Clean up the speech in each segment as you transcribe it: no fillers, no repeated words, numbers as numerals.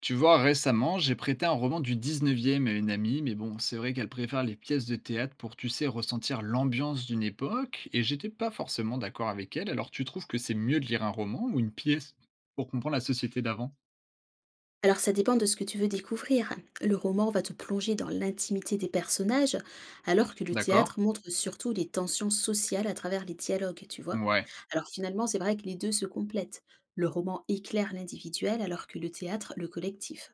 Tu vois, récemment, j'ai prêté un roman du 19e à une amie, mais bon, c'est vrai qu'elle préfère les pièces de théâtre pour, tu sais, ressentir l'ambiance d'une époque, et j'étais pas forcément d'accord avec elle. Alors, tu trouves que c'est mieux de lire un roman ou une pièce pour comprendre la société d'avant? Alors ça dépend de ce que tu veux découvrir. Le roman va te plonger dans l'intimité des personnages, alors que le D'accord? théâtre montre surtout les tensions sociales à travers les dialogues, tu vois. Ouais. Alors finalement, c'est vrai que les deux se complètent. Le roman éclaire l'individuel, alors que le théâtre le collectif.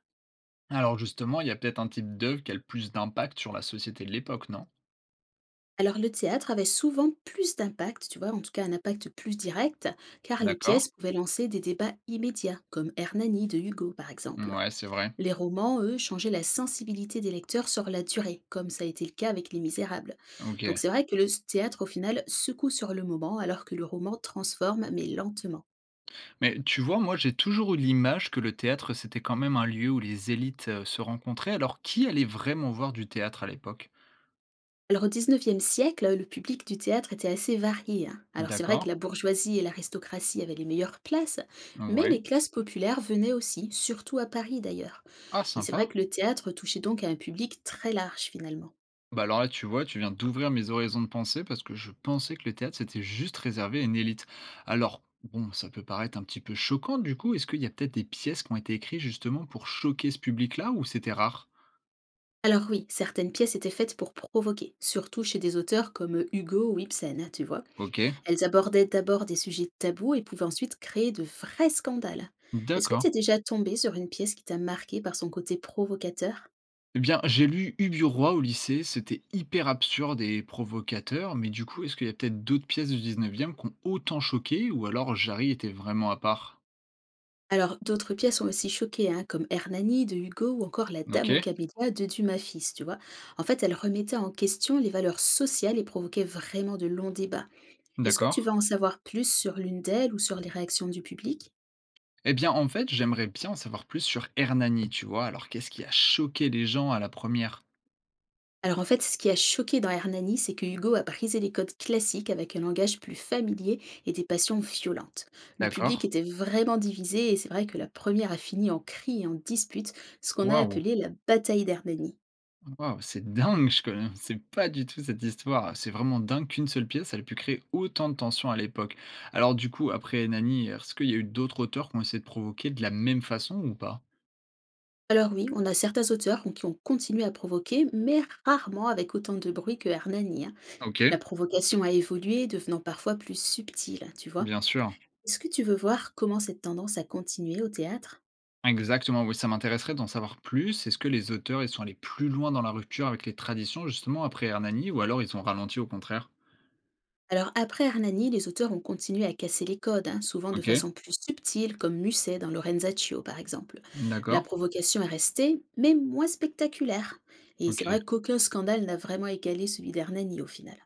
Alors, justement, il y a peut-être un type d'œuvre qui a le plus d'impact sur la société de l'époque, non? Alors le théâtre avait souvent plus d'impact, tu vois, en tout cas un impact plus direct, car les D'accord? pièces pouvaient lancer des débats immédiats, comme Hernani de Hugo par exemple. Ouais, c'est vrai. Les romans, eux, changeaient la sensibilité des lecteurs sur la durée, comme ça a été le cas avec Les Misérables. Donc Ok. c'est vrai que le théâtre, au final, secoue sur le moment, alors que le roman transforme, mais lentement. Mais tu vois, moi, j'ai toujours eu l'image que le théâtre, c'était quand même un lieu où les élites se rencontraient. Alors, qui allait vraiment voir du théâtre à l'époque? Alors au 19e siècle, le public du théâtre était assez varié, hein. Alors c'est vrai D'accord, que la bourgeoisie et l'aristocratie avaient les meilleures places, mais ouais. les classes populaires venaient aussi, surtout à Paris d'ailleurs. Ah Et c'est vrai sympa. que le théâtre touchait donc à un public très large finalement. Bah alors là, tu vois, tu viens d'ouvrir mes horizons de pensée parce que je pensais que le théâtre, c'était juste réservé à une élite. Alors, bon, ça peut paraître un petit peu choquant du coup. Est-ce qu'il y a peut-être des pièces qui ont été écrites justement pour choquer ce public-là ou c'était rare? Alors oui, certaines pièces étaient faites pour provoquer, surtout chez des auteurs comme Hugo ou Ibsen, tu vois. Ok, Elles abordaient d'abord des sujets tabous et pouvaient ensuite créer de vrais scandales. Est-ce que tu d'accord. es déjà tombé sur une pièce qui t'a marqué par son côté provocateur? Eh bien, j'ai lu Ubu Roi au lycée, c'était hyper absurde et provocateur, mais du coup, est-ce qu'il y a peut-être d'autres pièces du 19e qui ont autant choqué ou alors Jarry était vraiment à part? Alors d'autres pièces ont aussi choqué, hein, comme Hernani de Hugo ou encore La Ok, Dame au Camélias de Dumas fils, tu vois. En fait, elles remettaient en question les valeurs sociales et provoquaient vraiment de longs débats. Est-ce que tu d'accord. vas en savoir plus sur l'une d'elles ou sur les réactions du public? Eh bien, en fait, j'aimerais bien en savoir plus sur Hernani, tu vois? Alors, qu'est-ce qui a choqué les gens à la première? Alors en fait, ce qui a choqué dans Hernani, c'est que Hugo a brisé les codes classiques avec un langage plus familier et des passions violentes. Le D'accord. public était vraiment divisé et c'est vrai que la première a fini en cris et en disputes, ce qu'on a Waouh! appelé la bataille d'Hernani. Waouh, c'est dingue, je connaissais pas du tout cette histoire. C'est vraiment dingue qu'une seule pièce, elle ait pu créer autant de tensions à l'époque. Alors, du coup, après Hernani, est-ce qu'il y a eu d'autres auteurs qui ont essayé de provoquer de la même façon ou pas? Alors oui, on a certains auteurs qui ont continué à provoquer, mais rarement avec autant de bruit que Hernani, hein. Ok, La provocation a évolué, devenant parfois plus subtile, tu vois. bien sûr. Est-ce que tu veux voir comment cette tendance a continué au théâtre? Exactement, oui, ça m'intéresserait d'en savoir plus. Est-ce que les auteurs, ils sont allés plus loin dans la rupture avec les traditions, justement, après Hernani, ou alors ils ont ralenti au contraire? Alors après Hernani, les auteurs ont continué à casser les codes, hein, souvent de Ok, façon plus subtile, comme Musset dans Lorenzaccio par exemple. La d'accord. provocation est restée, mais moins spectaculaire. Et Ok. c'est vrai qu'aucun scandale n'a vraiment égalé celui d'Hernani au final.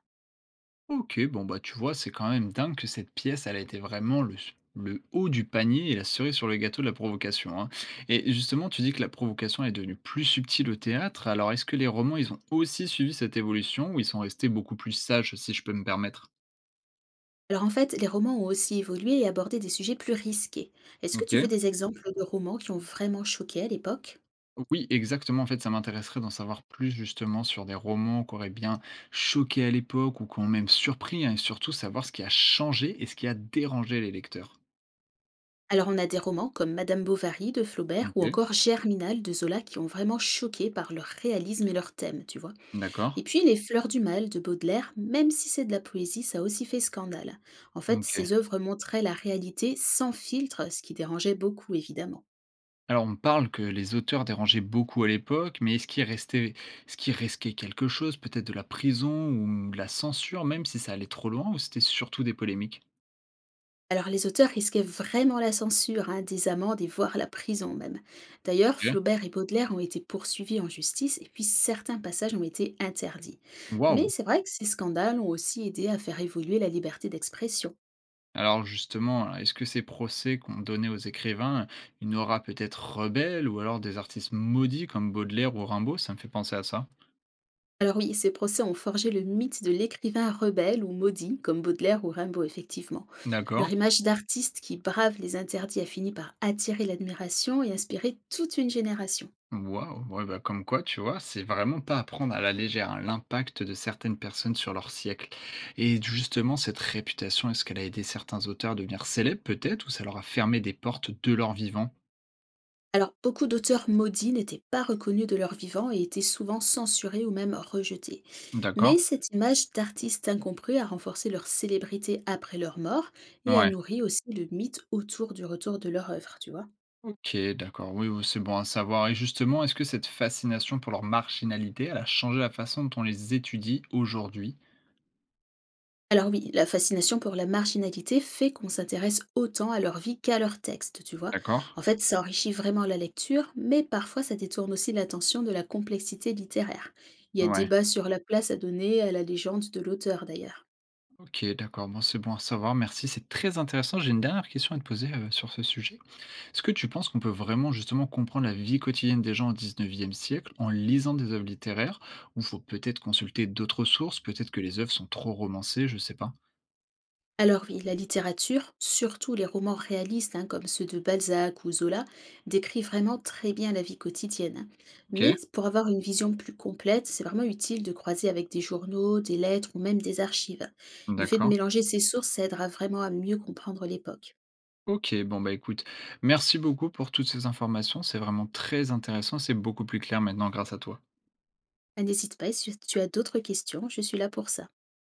Ok, bon bah tu vois, c'est quand même dingue que cette pièce, elle a été vraiment le, le haut du panier et la cerise sur le gâteau de la provocation, hein. Et justement, tu dis que la provocation est devenue plus subtile au théâtre, alors est-ce que les romans, ils ont aussi suivi cette évolution ou ils sont restés beaucoup plus sages, si je peux me permettre? Alors en fait, les romans ont aussi évolué et abordé des sujets plus risqués. Est-ce que tu veux Ok. des exemples de romans qui ont vraiment choqué à l'époque? Oui, exactement. En fait, ça m'intéresserait d'en savoir plus justement sur des romans qui auraient bien choqué à l'époque ou qui ont même surpris, hein, et surtout savoir ce qui a changé et ce qui a dérangé les lecteurs. Alors on a des romans comme Madame Bovary de Flaubert ou Ok, encore Germinal de Zola qui ont vraiment choqué par leur réalisme et leur thème, tu vois. d'accord. Et puis Les Fleurs du Mal de Baudelaire, même si c'est de la poésie, ça a aussi fait scandale. En fait, ses Ok. œuvres montraient la réalité sans filtre, ce qui dérangeait beaucoup évidemment. Alors, on parle que les auteurs dérangeaient beaucoup à l'époque, mais est-ce qu'il restait, est-ce qu'il risquait quelque chose, peut-être de la prison ou de la censure, même si ça allait trop loin, ou c'était surtout des polémiques? Alors les auteurs risquaient vraiment la censure, hein, des amendes et voire la prison même. D'ailleurs, Ok. Flaubert et Baudelaire ont été poursuivis en justice et puis certains passages ont été interdits. Mais Waouh! c'est vrai que ces scandales ont aussi aidé à faire évoluer la liberté d'expression. Alors justement, est-ce que ces procès qu'on donnait aux écrivains une aura peut-être rebelle, ou alors des artistes maudits comme Baudelaire ou Rimbaud? Ça me fait penser à ça. Alors oui, ces procès ont forgé le mythe de l'écrivain rebelle ou maudit, comme Baudelaire ou Rimbaud, effectivement. Leur D'accord. image d'artiste qui brave les interdits a fini par attirer l'admiration et inspirer toute une génération. Waouh! Ouais, bah, comme quoi, tu vois, c'est vraiment pas à prendre à la légère, hein, l'impact de certaines personnes sur leur siècle. Et justement, cette réputation, est-ce qu'elle a aidé certains auteurs à devenir célèbres peut-être, ou ça leur a fermé des portes de leur vivant? Alors beaucoup d'auteurs maudits n'étaient pas reconnus de leur vivant et étaient souvent censurés ou même rejetés. Mais D'accord? cette image d'artiste incompris a renforcé leur célébrité après leur mort et a Ouais. nourri aussi le mythe autour du retour de leur œuvre, tu vois. Ok, d'accord, oui, oui, c'est bon à savoir. Et justement, est-ce que cette fascination pour leur marginalité, elle a changé la façon dont on les étudie aujourd'hui? Alors oui, la fascination pour la marginalité fait qu'on s'intéresse autant à leur vie qu'à leur texte, tu vois. D'accord? En fait, ça enrichit vraiment la lecture, mais parfois ça détourne aussi l'attention de la complexité littéraire. Il y a Ouais. débat sur la place à donner à la légende de l'auteur d'ailleurs. Ok, d'accord, bon, c'est bon à savoir, merci, c'est très intéressant. J'ai une dernière question à te poser, sur ce sujet. Est-ce que tu penses qu'on peut vraiment justement comprendre la vie quotidienne des gens au 19e siècle en lisant des œuvres littéraires ou faut peut-être consulter d'autres sources, peut-être que les œuvres sont trop romancées, je sais pas. Alors oui, la littérature, surtout les romans réalistes hein, comme ceux de Balzac ou Zola, décrit vraiment très bien la vie quotidienne. Mais OK, pour avoir une vision plus complète, c'est vraiment utile de croiser avec des journaux, des lettres ou même des archives. Le fait de d'accord. mélanger ces sources aidera vraiment à mieux comprendre l'époque. OK, bon bah écoute, merci beaucoup pour toutes ces informations, c'est vraiment très intéressant, c'est beaucoup plus clair maintenant grâce à toi. Ah, n'hésite pas, si tu as d'autres questions, je suis là pour ça.